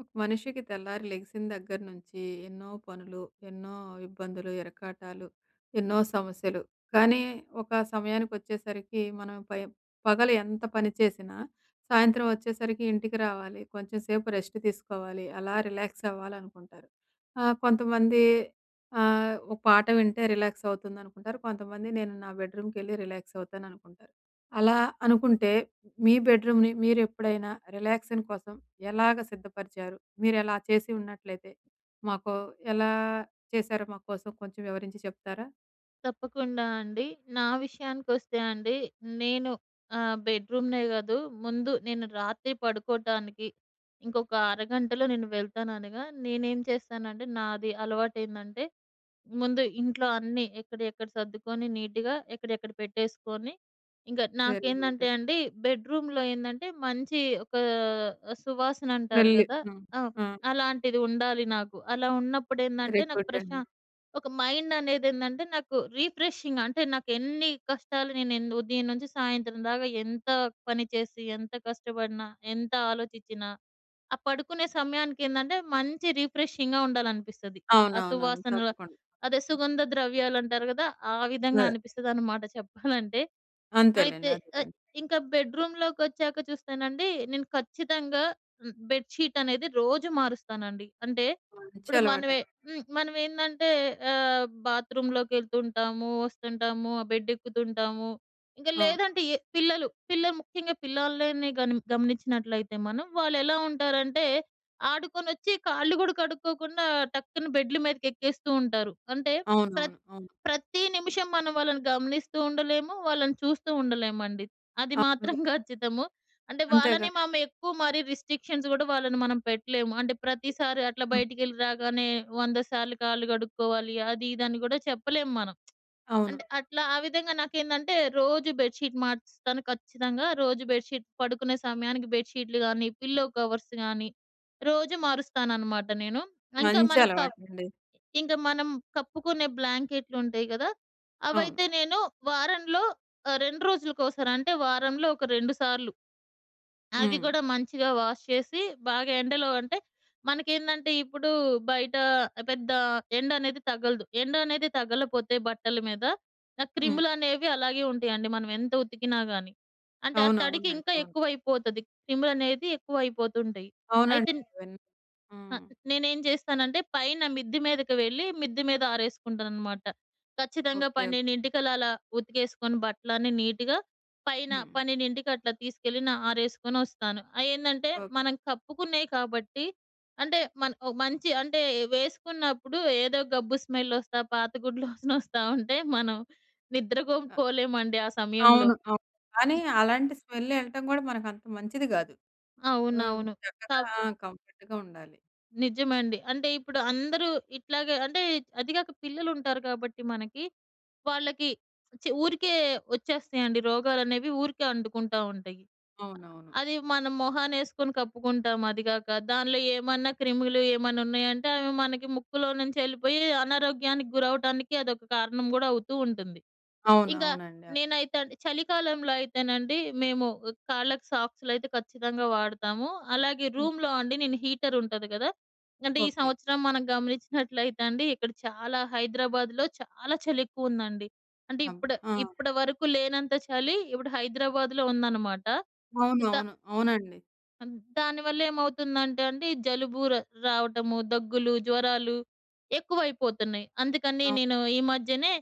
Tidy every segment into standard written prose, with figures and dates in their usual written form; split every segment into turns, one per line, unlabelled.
ఒక మనిషికి తెల్లారి లెగిసిన దగ్గర నుంచి ఎన్నో పనులు, ఎన్నో ఇబ్బందులు, ఇరకాటాలు, ఎన్నో సమస్యలు. కానీ ఒక సమయానికొచ్చేసరికి మనం పై పగలు ఎంత పని చేసినా, సాయంత్రం వచ్చేసరికి ఇంటికి రావాలి. కొంచెం సేపు రెస్ట్ తీసుకోవాలి. అలా రిలాక్స్ అవ్వాలనుకుంటారు. కొంతమంది ఒక పాట వింటే రిలాక్స్ అవుతుందనుకుంటారు. కొంతమంది నేను నా బెడ్‌రూమ్‌కెళ్ళి రిలాక్స్ అవుతాననుకుంటారు. అలా అనుకుంటే మీ బెడ్‌రూమ్‌ని మీరెప్పుడైనా రిలాక్సేషన్ కోసం ఎలాగ సిద్ధపరిచారు? మీరలా చేసి ఉన్నట్లయితే, మాకు ఎలా చేశారో మా కోసం కొంచెం వివరించి చెప్తారా?
తప్పకుండా అండి. నా విషయానికొస్తే అండి, నేను బెడ్‌రూమ్‌నే గాదు, ముందు నేను రాత్రి పడుకోటానికి ఇంకొక అరగంటలో నేను వెళ్తాననగా నేనేం చేస్తానంటే, నాది అలవాటేందంటే ముందు ఇంట్లో అన్నీ ఎక్కడెక్కడ సర్దుకొని నీట్‌గా ఎక్కడెక్కడ పెట్టేసుకొని, ఇంకా
వెరీ గుడ్
నాకేందంటే
అండి.
అండి బెడ్‌రూమ్‌లో ఏందంటే మంచి ఒక సువాసన అంటారు
వెళ్ళి
గదా!
హ్మ్.
ఆ!
ఆ!
అలాంటిది ఉండాలి నాకు. అలా
వెరీ
ఉన్నప్పుడేందంటే నాకు
గుడ్ అండి.
ఒక మైండ్ అనేదేందంటే నాకు రిఫ్రెషింగ్ అంటే నాకెన్ని కష్టాలు నేను ఉదయం నుంచి సాయంత్రం దాకా ఎంత పని చేసి, ఎంత కష్టపడినా, ఎంత ఆలోచించినా ఆ పడుకునే సమయానికేందంటే మంచి రిఫ్రెషింగ్‌గా ఉండాలనిపిస్తది. ఆ
అవునవునవును.
సువాసనల
తప్పకుండా.
అదే సుగంధ ద్రవ్యాలంటారు గదా! ఆ విధంగా
అదే.
అనిపిస్తదనమాట చెప్పాలంటే.
అంతేలెండి.
అయితే ఆహ్,
అదేలెండి.
ఇంకా బెడ్‌రూమ్‌లోకొచ్చాక చూస్తేనండి, నేను ఖచ్చితంగా బెడ్‌షీట్ అనేది రోజు మారుస్తానండి. అంటే
మంచి
ఇప్పుడు
అలవాటే.
మనమే మనమేందంటే బాత్రూమ్‌లోకెళ్తుంటాము, వస్తుంటాము, ఆ బెడ్ ఎక్కుతుంటాము. ఇంకా
అవును.
లేదంటే ఏ పిల్లలు, పిల్లలు ముఖ్యంగా పిల్లల్ని గమనించినట్లయితే మనం వాళ్ళెలా ఉంటారంటే, ఆడుకొనొచ్చి కాళ్ళు గూడా కడుక్కోకుండా టక్కున బెడ్‌ల మీదకెక్కేస్తూ ఉంటారు. అంటే ప్ర
అవునవును. అవును.
ప్రతి నిమిషం మనం వాళ్ళని గమనిస్తూ ఉండలేము. వాళ్ళని చూస్తూ ఉండలేమండి. అది మాత్రం
అవునుగా.
ఖచ్చితము. అంటే
అంతేగా.
వాళ్ళని మనం ఎక్కువ మరి రిస్ట్రిక్షన్స్ గూడా వాళ్ళని మనం పెట్టలేము. అంటే ప్రతిసారి అట్లా
హ్మ్.
బయటికెళ్ళి రాగానే 100 సార్లు కాళ్ళు కడుక్కోవాలి. అది ఇదని గూడా చెప్పలేము మనం.
అవును.
అంటే అట్లా ఆ విధంగా నాకేందంటే రోజు బెడ్‌షీట్ మార్చుతాను ఖచ్చితంగా. రోజు బెడ్‌షీట్ పడుకునే సమయానికి బెడ్‌షీట్‌లు గానీ, పిల్లో కవర్స్ గానీ రోజు మారుస్తాననమాట నేను. ఇంకా
మంచి
మనకు క
అలవాటండి.
ఇంక మనం కప్పుకునే బ్లాంకెట్లుంటాయి గదా!
అవును.
అవైతే నేను వారంలో 2 రోజులకోసారి అంటే వారంలో ఒక 2 సార్లు. అవి
హ్మ్.
గూడా మంచిగా వాష్ చేసి బాగా ఎండలో అంటే మనకేందంటే ఇప్పుడు బయట పెద్ద ఎండ అనేది తగలదు. ఎండ అనేది తగలపోతే బట్టల మీద ఆ
హ్మ్.
క్రిములనేవి అలాగే ఉంటాయండి. మనం ఎంత ఉతికినా గాని. అంటే ఆ తడికి
అవునవునండి.
ఇంకా
అవును.
ఎక్కువైపోతది. క్రిములనేది ఎక్కువైపోతుంటాయి.
అవునండి.
అయితే
విన్
ఆ!
హ్మ్.
నేనేం చేస్తానంటే పైన మిద్ది మీదకి వెళ్ళి మిద్ది మీద ఆరేసుకుంటాననమాట. ఖచ్చితంగా
ఓకే.
12:00కల్లా అలా ఉతికేసుకొని బట్టలన్నీ నీట్‌గా పైన
హ్మ్.
12:00కి అట్లా తీసుకెళ్ళి ఆరేసుకొని వస్తాను. అయేందంటే
ఓకే.
మనం కప్పుకున్నయి కాబట్టి అంటే మన ఓ మంచి అంటే వేసుకున్నప్పుడు ఏదో గబ్బు స్మెల్లొస్తా, పాత గుడ్లు వాసనొస్తా ఉంటే మనం నిద్రకు పోలేమండి ఆ సమయంలో.
అవును. అవును. కానీ అలాంటి స్మెల్ ఎళ్ళటం గూడా మనకంత మంచిది గాదు. హ్మ్.
అవునవును.
చక్కగా
కబ్
ఆ! కంఫర్ట్‌గా ఉండాలి.
నిజమండి. అంటే ఇప్పుడు అందరూ ఇట్లాగే అంటే అది గాక పిల్లలుంటారు కాబట్టి మనకి, వాళ్ళకి ఊరికే వచ్చేస్తాయండి రోగాలనేవి ఊరికే అంటుకుంటా ఉంటాయి.
అవునవును.
అది మనం మొహానేసుకొని కప్పుకుంటాం అది గాక. దానిలో ఏమన్నా క్రిములు ఏమన్నా ఉన్నాయంటే అవి మనకి ముక్కులో నుంచి ఎళ్ళిపోయి అనారోగ్యానికి గురవటానికి అదొక కారణం గూడా అవుతూ ఉంటుంది.
అవును.
ఇంకా
అవునండి. అవును.
నేనైతే అండి చలికాలంలో అయితేనండి మేము కాళ్ళకి సాక్స్‌లైతే ఖచ్చితంగా వాడతాము. అలాగే
ఓ
రూమ్‌లో అండి నేను హీటర్ ఉంటది కదా! అంటే ఈ
ఓకే.
సంవత్సరం మనం గమనించినట్లయితే అండి ఇక్కడ చాలా హైదరాబాద్‌లో చాలా చలెక్కువుందండి. అంటే
అబ్బా!
ఇప్పుడు
ఆ!
ఇప్పటి వరకు లేనంత చలి ఇప్పుడు హైదరాబాద్‌లో ఉందన్నమాట. ద
అవునవును. అవునండి.
దానివల్ల ఏమవుతుందంటే అండి జలుబు రావటము, దగ్గులు, జ్వరాలు ఎక్కువైపోతున్నాయి. అందుకని
అవును.
నేను ఈ మధ్యనే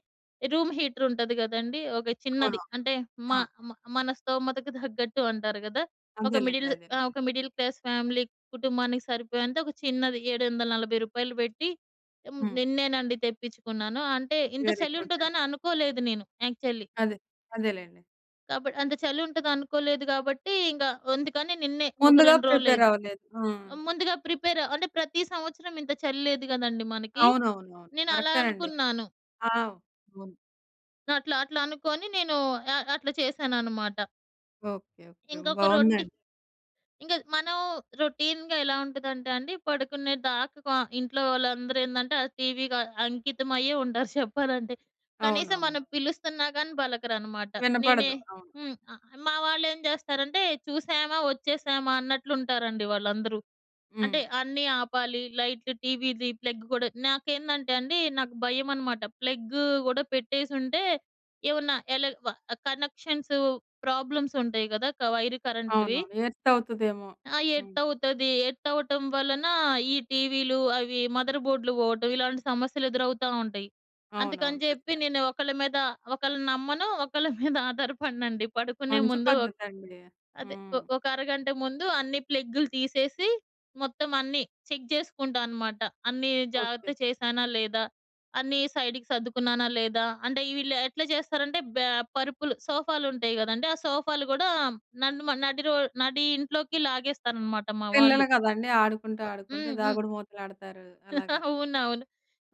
రూమ్ హీటర్ ఉంటది గదండీ! ఒక చిన్నది
అవును.
అంటే మ
ఆ!
మ మన స్తోమతకు తగ్గట్టు అంటారు గదా! ఒక
అదేలెండి.
మిడిల్
అదేలే.
ఒక మిడిల్ క్లాస్ ఫ్యామిలీ కుటుంబానికి సరిపోయేంత ఒక చిన్నది రూ. 740 పెట్టి
హ్మ్.
నిన్నేనండి తెప్పించుకున్నాను. అంటే ఇంత
వెరీ
చలి
గుడ్ అండి.
ఉంటదని అనుకోలేదు నేను యాక్చువల్లీ.
అదే. అదేలెండి.
అంత చలి ఉంటదనుకోలేదు గాబట్టి ఇంక అందుకని నిన్నే ఒక
ముందుగా
2
ప్రిపేర్
రోజులైంది.
అవ్వలేదు. ఆ!
ముందుగా ప్రిపేర్ అంటే ప్రతి సంవత్సరం ఇంత చలి లేదు గదండీ మనకి.
అవునవునవును.
నేను అలా
కరెక్టేనండి.
అనుకున్నాను.
ఆ! అవును.
అట్లా అట్లా అనుకోని నేను అట్లా చేశాననమాట.
ఓకే. ఓకే.
ఇంకొక రొట్టి
బావుందండి.
ఇంక మనం రొటీన్‌గా ఎలా ఉంటదంటే అండి, పడుకునే దాకా ఇంట్లో వాళ్ళందరూ ఏందంటే ఆ టీవీకి అంకితమయ్యే ఉంటారు చెప్పాలంటే. కనీసం
అవునవును.
మనం పిలుస్తున్నా గానీ పలకరనమాట. నేనే
వినపడదు. అవును.
మా వాళ్ళేం జేస్తారంటే చూసామా, వచ్చేసామా అన్నట్లుంటారండి వాళ్ళందరూ.
హ్మ్.
అంటే అన్నీ ఆపాలి. లైట్లు, టీవీది ప్లగ్ గూడా నాకేందంటే అండి, నాకు భయమనమాట. ప్లగ్ గూడా పెట్టేసుంటే ఏమన్నా ఎలగ్ వ కనెక్షన్స్ ప్రాబ్లమ్స్ ఉంటాయి గదా! వైర్ కరెంట్‌లువి.
అవునవును. ఎర్త్ అవుతదేమో. హ్మ్.
ఎట్టవుతది? ఎట్టవ్వటం వలన ఈ టీవీలు, అవి మదర్ బోర్డ్‌లు పోవటం ఇలాంటి సమస్యలు ఎదురవుతా ఉంటాయి.
అవునవును.
అందుకని జెప్పి
ఖచ్చితంగా.
నేను ఒకళ్ళ మీద ఒకళ్ళని నమ్మను, ఒకళ్ళ మీద ఆధారపడనండి. పడుకునే
మంచి
ముందు
పద్ధతండి.
అదే.
హ్మ్.
ఒక అరగంట ముందు అన్ని ప్లగ్గులు తీసేసి, మొత్తం అన్నీ చెక్ జేసుకుంటా అనమాట. అన్నీ
ఓకే.
జాగ్రత్త చేశానా లేదా? అన్నీ సైడ్‌కి సర్దుకున్నానా లేదా? అంటే వీళ్ళు ఎట్లా చేస్తారంటే పరుపులు సోఫాలుంటాయి గదండీ! ఆ సోఫాలు గూడా నడుమ నడి రో నడి ఇంట్లోకి లాగేస్తారనమాట మా
పిల్లలు
వాళ్ళు.
కదండీ! ఆడుకుంటూ, ఆడుకుంటూ
హ్మ్. హ్మ్.
దాగుడు మూతలాడతారు. అలాగా.
అవునవును.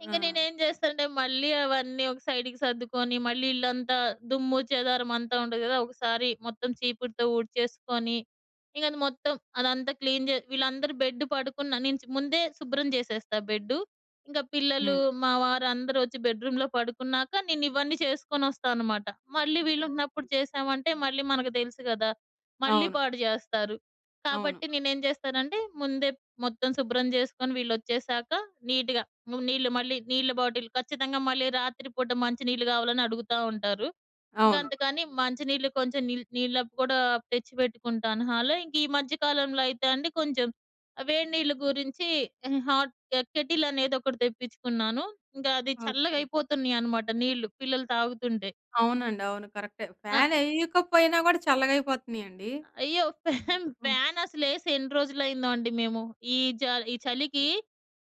ఆ!
ఇంక నేనేం జేస్తానంటే మళ్ళీ అవన్నీ ఒక సైడ్‌కి సర్దుకొని, మళ్ళీ ఇల్లంతా దుమ్ము, చెదారం అంతా ఉంటది గదా! ఒకసారి మొత్తం చీపురుతో ఊడ్చేసుకొని, ఇంక అది మొత్తం అదంతా క్లీన్ జే వీళ్ళందరూ బెడ్ పడుకున్న నేను ముందే శుభ్రం జేసేస్తా బెడ్డు. ఇంకా పిల్లలు,
హ్మ్.
మా వారు అందరూ వచ్చి బెడ్‌రూమ్‌లో పడుకున్నాక నేను ఇవన్నీ చేసుకొనొస్తా అనమాట. మళ్ళీ వీళ్ళున్నప్పుడు చేశామంటే మళ్ళీ మనకు తెలుసు గదా! మళ్ళీ
అవును.
పాడు జేస్తారు.
అవును.
కాబట్టి నేనేం జేస్తానంటే ముందే మొత్తం శుభ్రం జేసుకొని వీళ్ళొచ్చేసాక నీట్‌గా నీళ్ళు మళ్ళీ నీళ్ళ బాటిల్ ఖచ్చితంగా మళ్ళీ రాత్రి పూట మంచి నీళ్ళు గావాలని అడుగుతా ఉంటారు. ఇంకా అవును.
అవును.
అందుకని మంచి నీళ్ళు కొంచెం నీళ్ళవి కూడా తెచ్చి పెట్టుకుంటాను హాలో. ఇంక ఈ మధ్య కాలంలో అయితే అండి కొంచెం ఆ వేడి నీళ్ళు గురించి హాట్ కెటిల్ అనేది ఒకటి తెప్పించుకున్నాను. ఇంకా అది చల్లగా
ఓకే.
అయిపోతున్నాయన్నమాట నీళ్ళు పిల్లలు తాగుతుంటే.
అవునండి. అవును. కరెక్టే.
ఆ!
ఫ్యాన్ ఎయ్యకపోయినా గూడా చల్లగయిపోతున్నాయండి.
అయ్యో!
అవును.
ఫ్యాన్
హ్మ్.
ఫ్యాన్ అసలేసి ఎన్ని రోజులయిందో అండి మేము. ఈ జ ఈ చలికి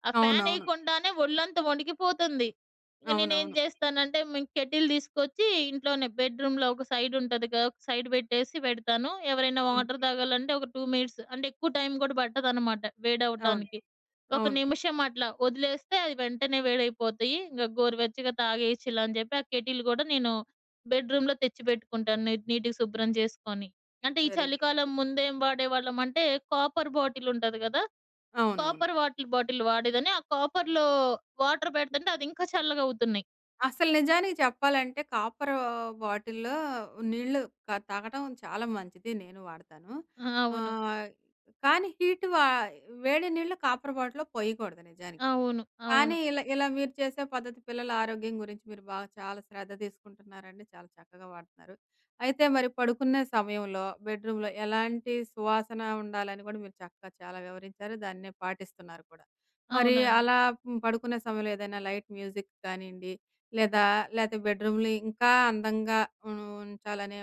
ఆ ఫ్యాన్
అవునవును.
ఎయకుండానే ఒళ్ళంతా వణికిపోతుంది. ఇంక నేనేం
అవునవును.
జేస్తానంటే, మేము కెటిల్ తీసుకొచ్చి ఇంట్లోనే బెడ్‌రూమ్‌లో ఒక సైడ్ ఉంటది కదా! ఒక సైడ్ పెట్టేసి పెడతాను. ఎవరైనా
హ్మ్.
వాటర్ తాగాలంటే ఒక 2 మినిట్స్ అంటే ఎక్కువ టైం గూడా పట్టదనమాట
అవును.
వేడవ్వటానికి. ఒక
అవును.
నిమిషం అట్లా వదిలేస్తే అది వెంటనే వేడైపోతాయి. ఇంక గోరువెచ్చగా తాగేయొచ్చు ఇలా అని జెప్పి ఆ కెటిల్ గూడా నేను బెడ్‌రూమ్‌లో తెచ్చి పెట్టుకుంటాను. నీటిగా శుభ్రం చేసుకొని. అంటే ఈ
వెరీ గుడ్.
చలికాలం ముందేం వాడేవాళ్ళం అంటే, కాపర్ బాటిల్ ఉంటది గదా!
అవునవును.
కాపర్ వాటిల్ బాటిల్ వాడేదాన్ని. ఆ కాపర్‌లో వాటర్ పెడుతుంటే అది ఇంకా చల్లగా అవుతున్నాయి.
అసలు నిజానికి చెప్పాలంటే కాపర్ బాటిల్‌లో నీళ్ళు తాగటం చాలా మంచిది. నేను వాడతాను.
ఆ! అవును.
ఆహ్, కానీ హీట్ వా వేడి నీళ్ళు కాపర్ బాటిల్‌లో పోయకూడదు నిజానికి.
అవును.
కానీ
అవును.
ఇలా ఇలా మీరు చేసే పద్ధతి పిల్లల ఆరోగ్యం గురించి మీరు బాగా చాలా శ్రద్ధ తీసుకుంటున్నారండి. చాలా చక్కగా వాడుతున్నారు. అయితే మరి పడుకునే సమయంలో బెడ్‌రూమ్‌లో ఎలాంటి సువాసన ఉండాలని కూడా మీరు చక్కగా చాలా వివరించారు. దాన్నే పాటిస్తున్నారు కూడా. మరి
అవునండి.
అలా హ్మ్, పడుకునే సమయంలో ఏదైనా లైట్ మ్యూజిక్ కానియండి, లేదా లేతే బెడ్‌రూమ్‌ని ఇంకా అందంగా ఉంచాలనే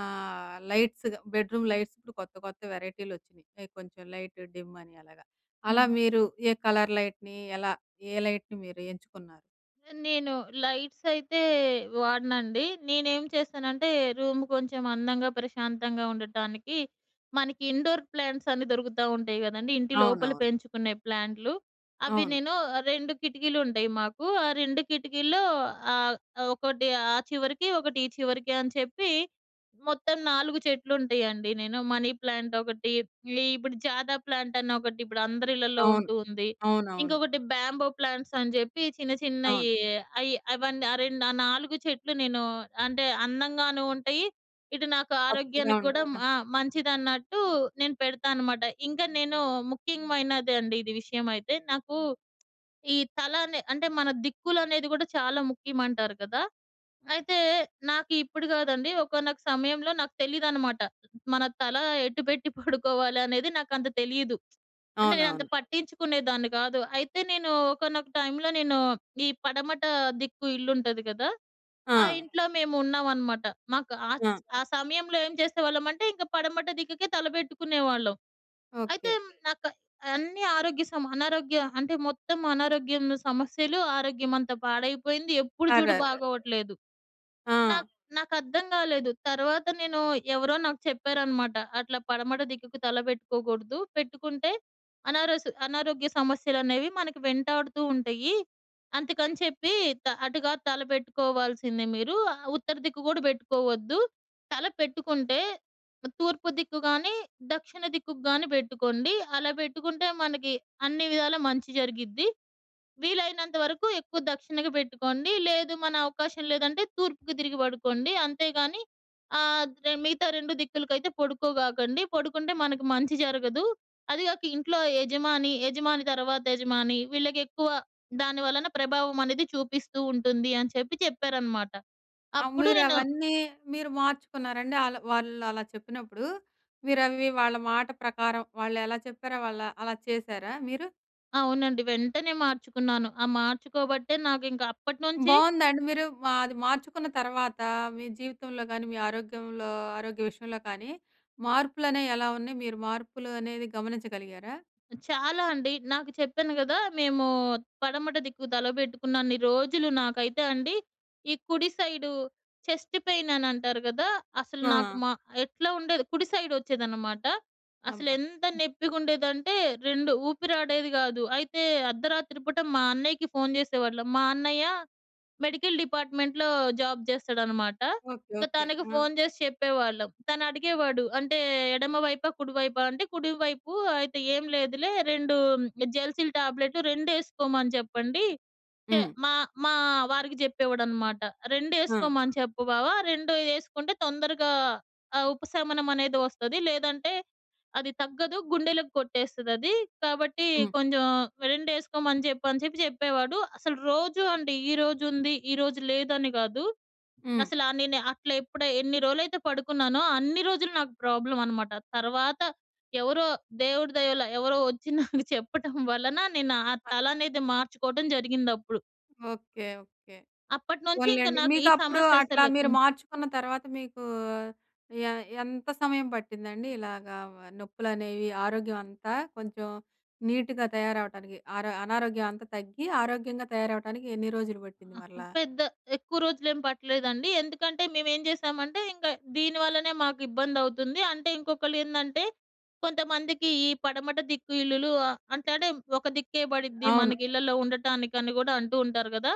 లైట్స్‌గా బెడ్‌రూమ్ లైట్స్ ఇప్పుడు కొత్త కొత్త వెరైటీలొచ్చినియి. కొంచెం లైట్ డిమ్ అని అలాగా. అలా
హ్మ్.
మీరు ఏ కలర్ లైట్‌ని ఎలా ఏ లైట్‌ని మీరు ఎంచుకున్నారు.
నేను లైట్స్ అయితే వాడనండి. నేనేం చేశానంటే రూమ్ కొంచెం అందంగా, ప్రశాంతంగా ఉండటానికి మనకి ఇండోర్ ప్లాంట్స్ అన్నీ దొరుకుతా ఉంటాయి గదండీ! ఇంటి లోపల
అవునవును.
పెంచుకునే ప్లాంట్లు. అవి
అవును.
నేను 2 కిటికీలు ఉంటాయి మాకు. ఆ 2 కిటికీల్లో ఆహ్, ఒకటి ఆ చివరకి, ఒకటి ఈ చివరకి అని చెప్పి మొత్తం 4 చెట్లుంటాయండి. నేను మనీ ప్లాంట్ ఒకటి, ఈ ఇప్పుడు జాదా ప్లాంట్ అని ఒకటి ఇప్పుడు అందరి ఇళ్లల్లో
అవును.
ఉంటూ ఉంది.
అవునవును.
ఇంకొకటి బ్యాంబో ప్లాంట్స్ అని జెప్పి చిన్న
అవును.
చిన్నయి అవన్నీ ఆ 2 ఆ 4 చెట్లు నేను అంటే అందంగాను ఉంటాయి. ఇటు నాకు
పచ్చగా
ఆరోగ్యానికి గూడా
ఉంటుంది. ఆ!
ఆ! మంచిదన్నట్టు నేను పెడతా అనమాట. ఇంకా నేను ముఖ్యమైనదండి ఇది విషయం అయితే. నాకు ఈ తల అనే అంటే మన దిక్కులనేది గూడా చాలా ముఖ్యమంటారు కదా! అయితే నాకు ఇప్పుడు గాదండి ఒకానొక సమయంలో నాకు తెలీదనమాట. మన తల ఎటు పెట్టి పడుకోవాలి అనేది నాకంత తెలీదు. అంటే నేనంత
అవునవును.
పట్టించుకునేదాన్ని కాదు. అయితే నేను ఒకానొక టైంలో నేను ఈ పడమట దిక్కు ఇల్లుంటది కదా! ఆ
ఆ!
ఇంట్లో మేమున్నామనమాట. మాకు ఆ
ఆ!
ఆ సమయంలో ఏం చేసేవాళ్ళమంటే ఇంక పడమట దిక్కుకే తలపెట్టుకునేవాళ్ళం. అయితే
ఓకే.
నాకు అన్ని ఆరోగ్య అనారోగ్య అంటే మొత్తం అనారోగ్యం సమస్యలు, ఆరోగ్యం అంతా పాడైపోయింది. ఎప్పుడు చూడు
అరెరే!
అవును. బాగోవట్లేదు.
ఆ!
నాకు నాకర్థం గాలేదు. తర్వాత నేను ఎవరో నాకు చెప్పారనమాట. అట్లా పడమట దిక్కుకు తల బెట్టుకోకూడదు. పెట్టుకుంటే అనారోగ్య సమస్యలనేవి మనకి వెంటాడుతూ ఉంటాయి. అందుకని చెప్పి అటుగా తల బెట్టుకోవాల్సిందే మీరు. ఉత్తర దిక్కు గూడా బెట్టుకోవద్దు. తల పెట్టుకుంటే తూర్పు దిక్కు గాని, దక్షిణ దిక్కుకు గాని బెట్టుకోండి. అలా బెట్టుకుంటే మనకి అన్ని విధాలా మంచి జరిగిద్ది. వీలైనంత వరకు ఎక్కువ దక్షిణకి పెట్టుకోండి. లేదు మన అవకాశం లేదంటే తూర్పుకి తిరిగి పడుకోండి. అంతేగాని మిగతా 2 దిక్కులకైతే పడుకోగాకండి. పడుకుంటే మనకు మంచి జరగదు. అది గాక ఇంట్లో యజమాని, యజమాని తర్వాత యజమాని వీళ్ళకెక్కువ దాని వలన ప్రభావం అనేది చూపిస్తూ ఉంటుంది అని చెప్పి చెప్పారనమాట. అప్పుడు నేను ఓకే.
మీరవన్నీ మీరు మార్చుకున్నారండి? ఆళ్ళ వాళ్ళు అలా చెప్పినప్పుడు మీరవి వాళ్ళ మాట ప్రకారం వాళ్ళెలా చెప్పారో వాళ్ళ అలా చేశారా మీరు?
అవునండి. వెంటనే మార్చుకున్నాను. ఆ మార్చుకోబట్టే నాకింక అప్పటినుంచి
బావుందండి. మీరు మా అది మార్చుకున్న తర్వాత మీ జీవితంలో గాని, మీ ఆరోగ్యంలో ఆరోగ్య విషయంలో కానీ మార్పులనేవి ఎలా ఉన్నాయి? మీరు మార్పులు అనేది గమనించగలిగారా?
చాలా అండి. నాకు చెప్పాను గదా! మేము పడమట దిక్కు తలబెట్టుకున్నన్ని రోజులు నాకైతే అండి, ఈ కుడి సైడు చెస్ట్ పెయిన్ అని అంటారు గదా! అసలు నాకు
ఆ!
ఎట్లా ఉండేది కుడి సైడ్ ఒచ్చేదనమాట.
అబ్బా!
అసలెంత నొప్పిగుండేదంటే 2 ఊపిరాడేది గాదు. అయితే అర్ధరాత్రి పూట మా అన్నయ్యకి ఫోను జేసేవాళ్ళం. మా అన్నయ్య మెడికల్ డిపార్ట్‌మెంట్‌లో జాబ్ చేస్తాడనమాట.
ఓకే.
ఇంక
ఓకే.
తనకి
ఆ!
ఫోను చేసి చెప్పేవాళ్ళం. తనడిగేవాడు. అంటే ఎడమ వైపా? కుడి వైపా? అంటే కుడి వైపు అయితే ఏం లేదులే 2 జెల్సిల్ టాబ్లెట్ రెండేసుకోమని చెప్పండి.
హ్మ్.
మా మా వారికి జెప్పేవాడనమాట.
ఆ!
"రెండేసుకోమని చెప్పు బావ. 2 యేసుకుంటే తొందరగా ఉపశమనం అనేది వస్తది. లేదంటే అది తగ్గదు. గుండెలకు కొట్టేస్తదది. కాబట్టి
హ్మ్.
కొంచెం 2 యేసుకోమని చెప్పు" అని చెప్పి చెప్పేవాడు. అసలు రోజు అండి. ఈరోజుంది, ఈరోజు లేదని గాదు.
హ్మ్.
నేను అట్లా ఎన్ని రోజులైతే పడుకున్నానో అన్ని రోజులు నాకు ప్రాబ్లమ్ అనమాట. తర్వాత ఎవరో దేవుడి దయ వల్ల ఎవరో ఒచ్చి నాకు చెప్పటం వలన నేను ఆ
అ
తల అనేది మార్చుకోవడం జరిగిందప్పుడు.
ఓకే. ఓకే.
అప్పటినుంచి ఇంక
పోన్లెండి.
నాకు ఈ
మీకప్పుడు
సమస్య
అట్లా
అసలు
మీరు మార్చుకున్న తర్వాత మీకు ఎ ఎంత సమయం పట్టిందండి? ఇలాగా నొప్పులనేవి ఆరోగ్యం అంతా కొంచెం నీట్‌గా తయారవ్వటానికి అనారోగ్యం అంతా తగ్గి ఆరోగ్యంగా తయారవ్వటానికి ఎన్ని రోజులు పట్టింది
ఆహ్,
మరలా?
పెద్ద ఎక్కువ రోజులేం పట్టలేదండి. ఎందుకంటే మేమేం చేసామంటే ఇంక దీని వల్లనే మాకు ఇబ్బందవుతుంది. అంటే ఇంకొకళ్ళేందంటే కొంతమందికి ఈ పడమట దిక్కు ఇల్లులు అంటే అంటే ఒక దిక్కే పడిద్ది
అవును.
మనకి ఇళ్లలో ఉండటానికని గూడా అంటూ ఉంటారు గదా!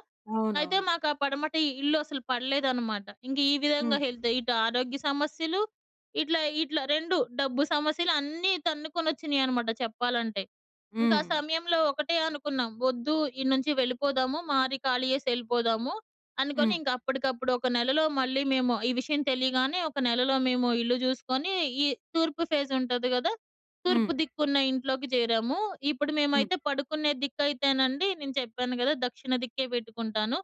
అయితే
అవునవును.
మాకు ఆ పడమట ఈ ఇల్లు అసలు పడలేదనమాట. ఇంక ఈ విధంగా
హ్మ్.
హెల్త్ ఇటు ఆరోగ్య సమస్యలు, ఇట్లా ఇట్లా 2 డబ్బు సమస్యలు అన్నీ తన్నుకొనొచ్చినియనమాట చెప్పాలంటే. ఇంకా ఆ
హ్మ్.
సమయంలో ఒకటే అనుకున్నాం. వద్దు ఈడ నుంచి వెళ్ళిపోదాము. మారి ఖాళీ చేసి ఎళ్ళిపోదాము. అనుకోని
హ్మ్.
ఇంక అప్పటికప్పుడు ఒక నెలలో మళ్ళీ మేము ఈ విషయం తెలియగానే ఒక నెలలో మేము ఇల్లు జూసుకొని ఈ తూర్పు ఫేజ్ ఉంటది గదా!
హ్మ్.
తూర్పు దిక్కున్న ఇంట్లోకి జేరాము. ఇప్పుడు
హ్మ్.
మేమైతే పడుకునే దిక్కయితేనండి నేను చెప్పాను గదా! దక్షిణ దిక్కే పెట్టుకుంటాను.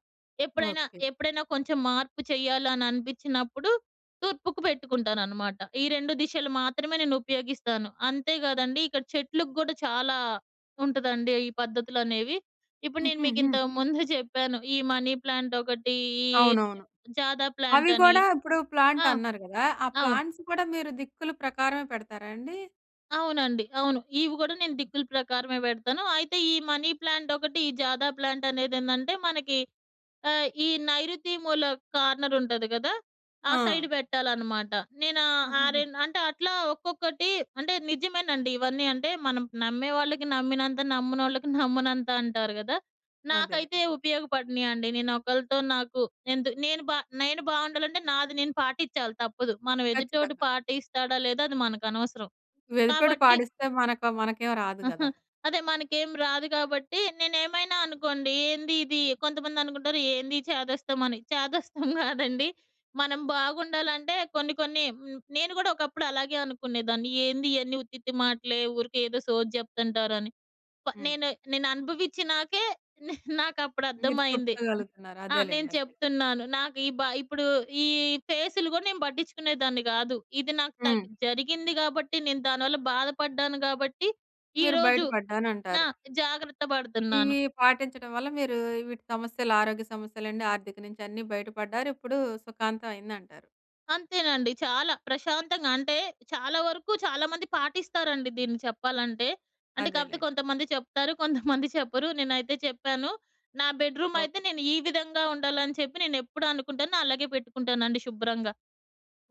ఎప్పుడైనా
ఓకే.
ఎప్పుడైనా కొంచెం మార్పు చేయాలి అని అనిపించినప్పుడు తూర్పుకు పెట్టుకుంటాననమాట. ఈ 2 దిశలు మాత్రమే నేను ఉపయోగిస్తాను. అంతే గాదండి ఇక్కడ చెట్లుకి గూడా చాలా ఉంటదండి. ఈ పద్ధతులనేవి. ఇప్పుడు నేను మీకు
హుహుహు.
ఇంతకు ముందు చెప్పాను. ఈ మనీ ప్లాంట్ ఒకటి, ఈ
అవునవును.
జాదా
అవి
ప్లాంట్ అని.
గూడా ఇప్పుడు ప్లాంట్
ఆ!
అన్నారు గదా! ఆ
అవును.
ప్లాంట్స్ కూడా మీరు దిక్కుల ప్రకారమే పెడతారా అండి?
అవునండి. అవును. ఇవి గూడా నేను దిక్కుల ప్రకారమే పెడతాను. అయితే ఈ మనీ ప్లాంట్ ఒకటి, ఈ జాదా ప్లాంట్ అనేదేందంటే మనకి ఆ! ఈ నైరుతి మూల కార్నర్ ఉంటది గదా! ఆ
ఆ!
సైడ్ పెట్టాలనమాట. నేను ఆ
ఆహాహా!
రెన్ అంటే అట్లా ఒక్కొక్కటి అంటే నిజమేనండి ఇవన్నీ. అంటే మనం నమ్మే వాళ్ళకి నమ్మినంత, నమ్మనోళ్ళకి నమ్మనంత అంటారు గదా! నాకైతే
అదేలెండి.
ఉపయోగపడినియండి. నేను ఒకళ్ళతో నాకు ఎందు నేను బా నేను బావుండాలంటే నాది నేను పాటిచ్చాలి తప్పదు. మనం ఎదుటోడు
ఖచ్చితంగా.
పాటిస్తాడా లేదా అది మనకనవసరం.
ఎదుటోడు
కాబట్టి
పాడిస్తే మనకు మనకేం రాదు
ఆహా!
గదా!
అదే మనకేం రాదు కాబట్టి నేనేమైనా అనుకోండి, ఏంది ఇది కొంతమందనుకుంటారు ఏంది చేదస్తంమని. చేదస్తం కాదండి. మనం బాగుండాలంటే కొన్ని కొన్ని నేను కూడా ఒకప్పుడు అలాగే అనుకునేదాన్ని. ఏంది ఇయన్నీ ఉత్తిత్తి మాటలే ఊరికే ఏదో సోది చెప్తుంటారని.
హ్మ్.
నేను నేను అనుభవిచ్చినాకే నాకప్పుడు
మీరు
అర్థమైంది.
చెప్పుకోగలుగుతున్నారు.
ఆ! నేను
అదేలెండి. అదే.
చెప్తున్నాను. నాకు ఈ బ ఇప్పుడు ఈ ఫేసులు కూడా నేను పట్టించుకునేదాన్ని కాదు. ఇది నాకు
హ్మ్.
జరిగింది కాబట్టి నేను దానివల్ల బాధపడ్డాను కాబట్టి
మీరు
ఈరోజు ఆ!
బయటపడ్డానంటారు.
జాగ్రత్త పడుతున్నాను.
ఇవి పాటించడం వల్ల మీరు వీటి సమస్యలు ఆరోగ్య సమస్యలండి, ఆర్థిక నుంచి అన్నీ బయటపడ్డారు. ఇప్పుడు సుఖాంతం అయిందంటారు.
అంతేనండి. చాలా ప్రశాంతంగా అంటే చాలా వరకు చాలా మంది పాటిస్తారండి దీన్ని చెప్పాలంటే. అంటే కాకపోతే
అదేలెండి.
కొంతమంది చెప్తారు, కొంతమంది చెప్పరు. నేనైతే చెప్పాను. నా బెడ్‌రూమ్
ఓహ్!
అయితే నేను ఈ విధంగా ఉండాలని చెప్పి నేనెప్పుడు అనుకుంటానో అలాగే పెట్టుకుంటానండి శుభ్రంగా.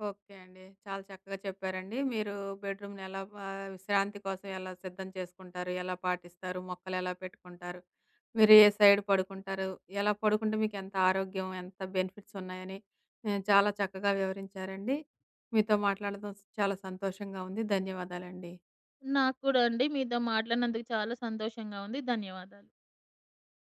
ఓకే అండి. చాలా చక్కగా చెప్పారండి. మీరు బెడ్‌రూమ్‌ని ఎలా విశ్రాంతి కోసం ఎలా సిద్ధం చేసుకుంటారు? ఎలా పాటిస్తారు? మొక్కలెలా పెట్టుకుంటారు? మీరు ఏ సైడ్ పడుకుంటారు? ఎలా పడుకుంటే మీకెంత ఆరోగ్యం, ఎంత బెనిఫిట్స్ ఉన్నాయని చాలా చక్కగా వివరించారండి. మీతో మాట్లాడడం చాలా సంతోషంగా ఉంది. ధన్యవాదాలండి.
నాకు కూడా అండి మీతో మాట్లాడినందుకు చాలా సంతోషంగా ఉంది. ధన్యవాదాలు.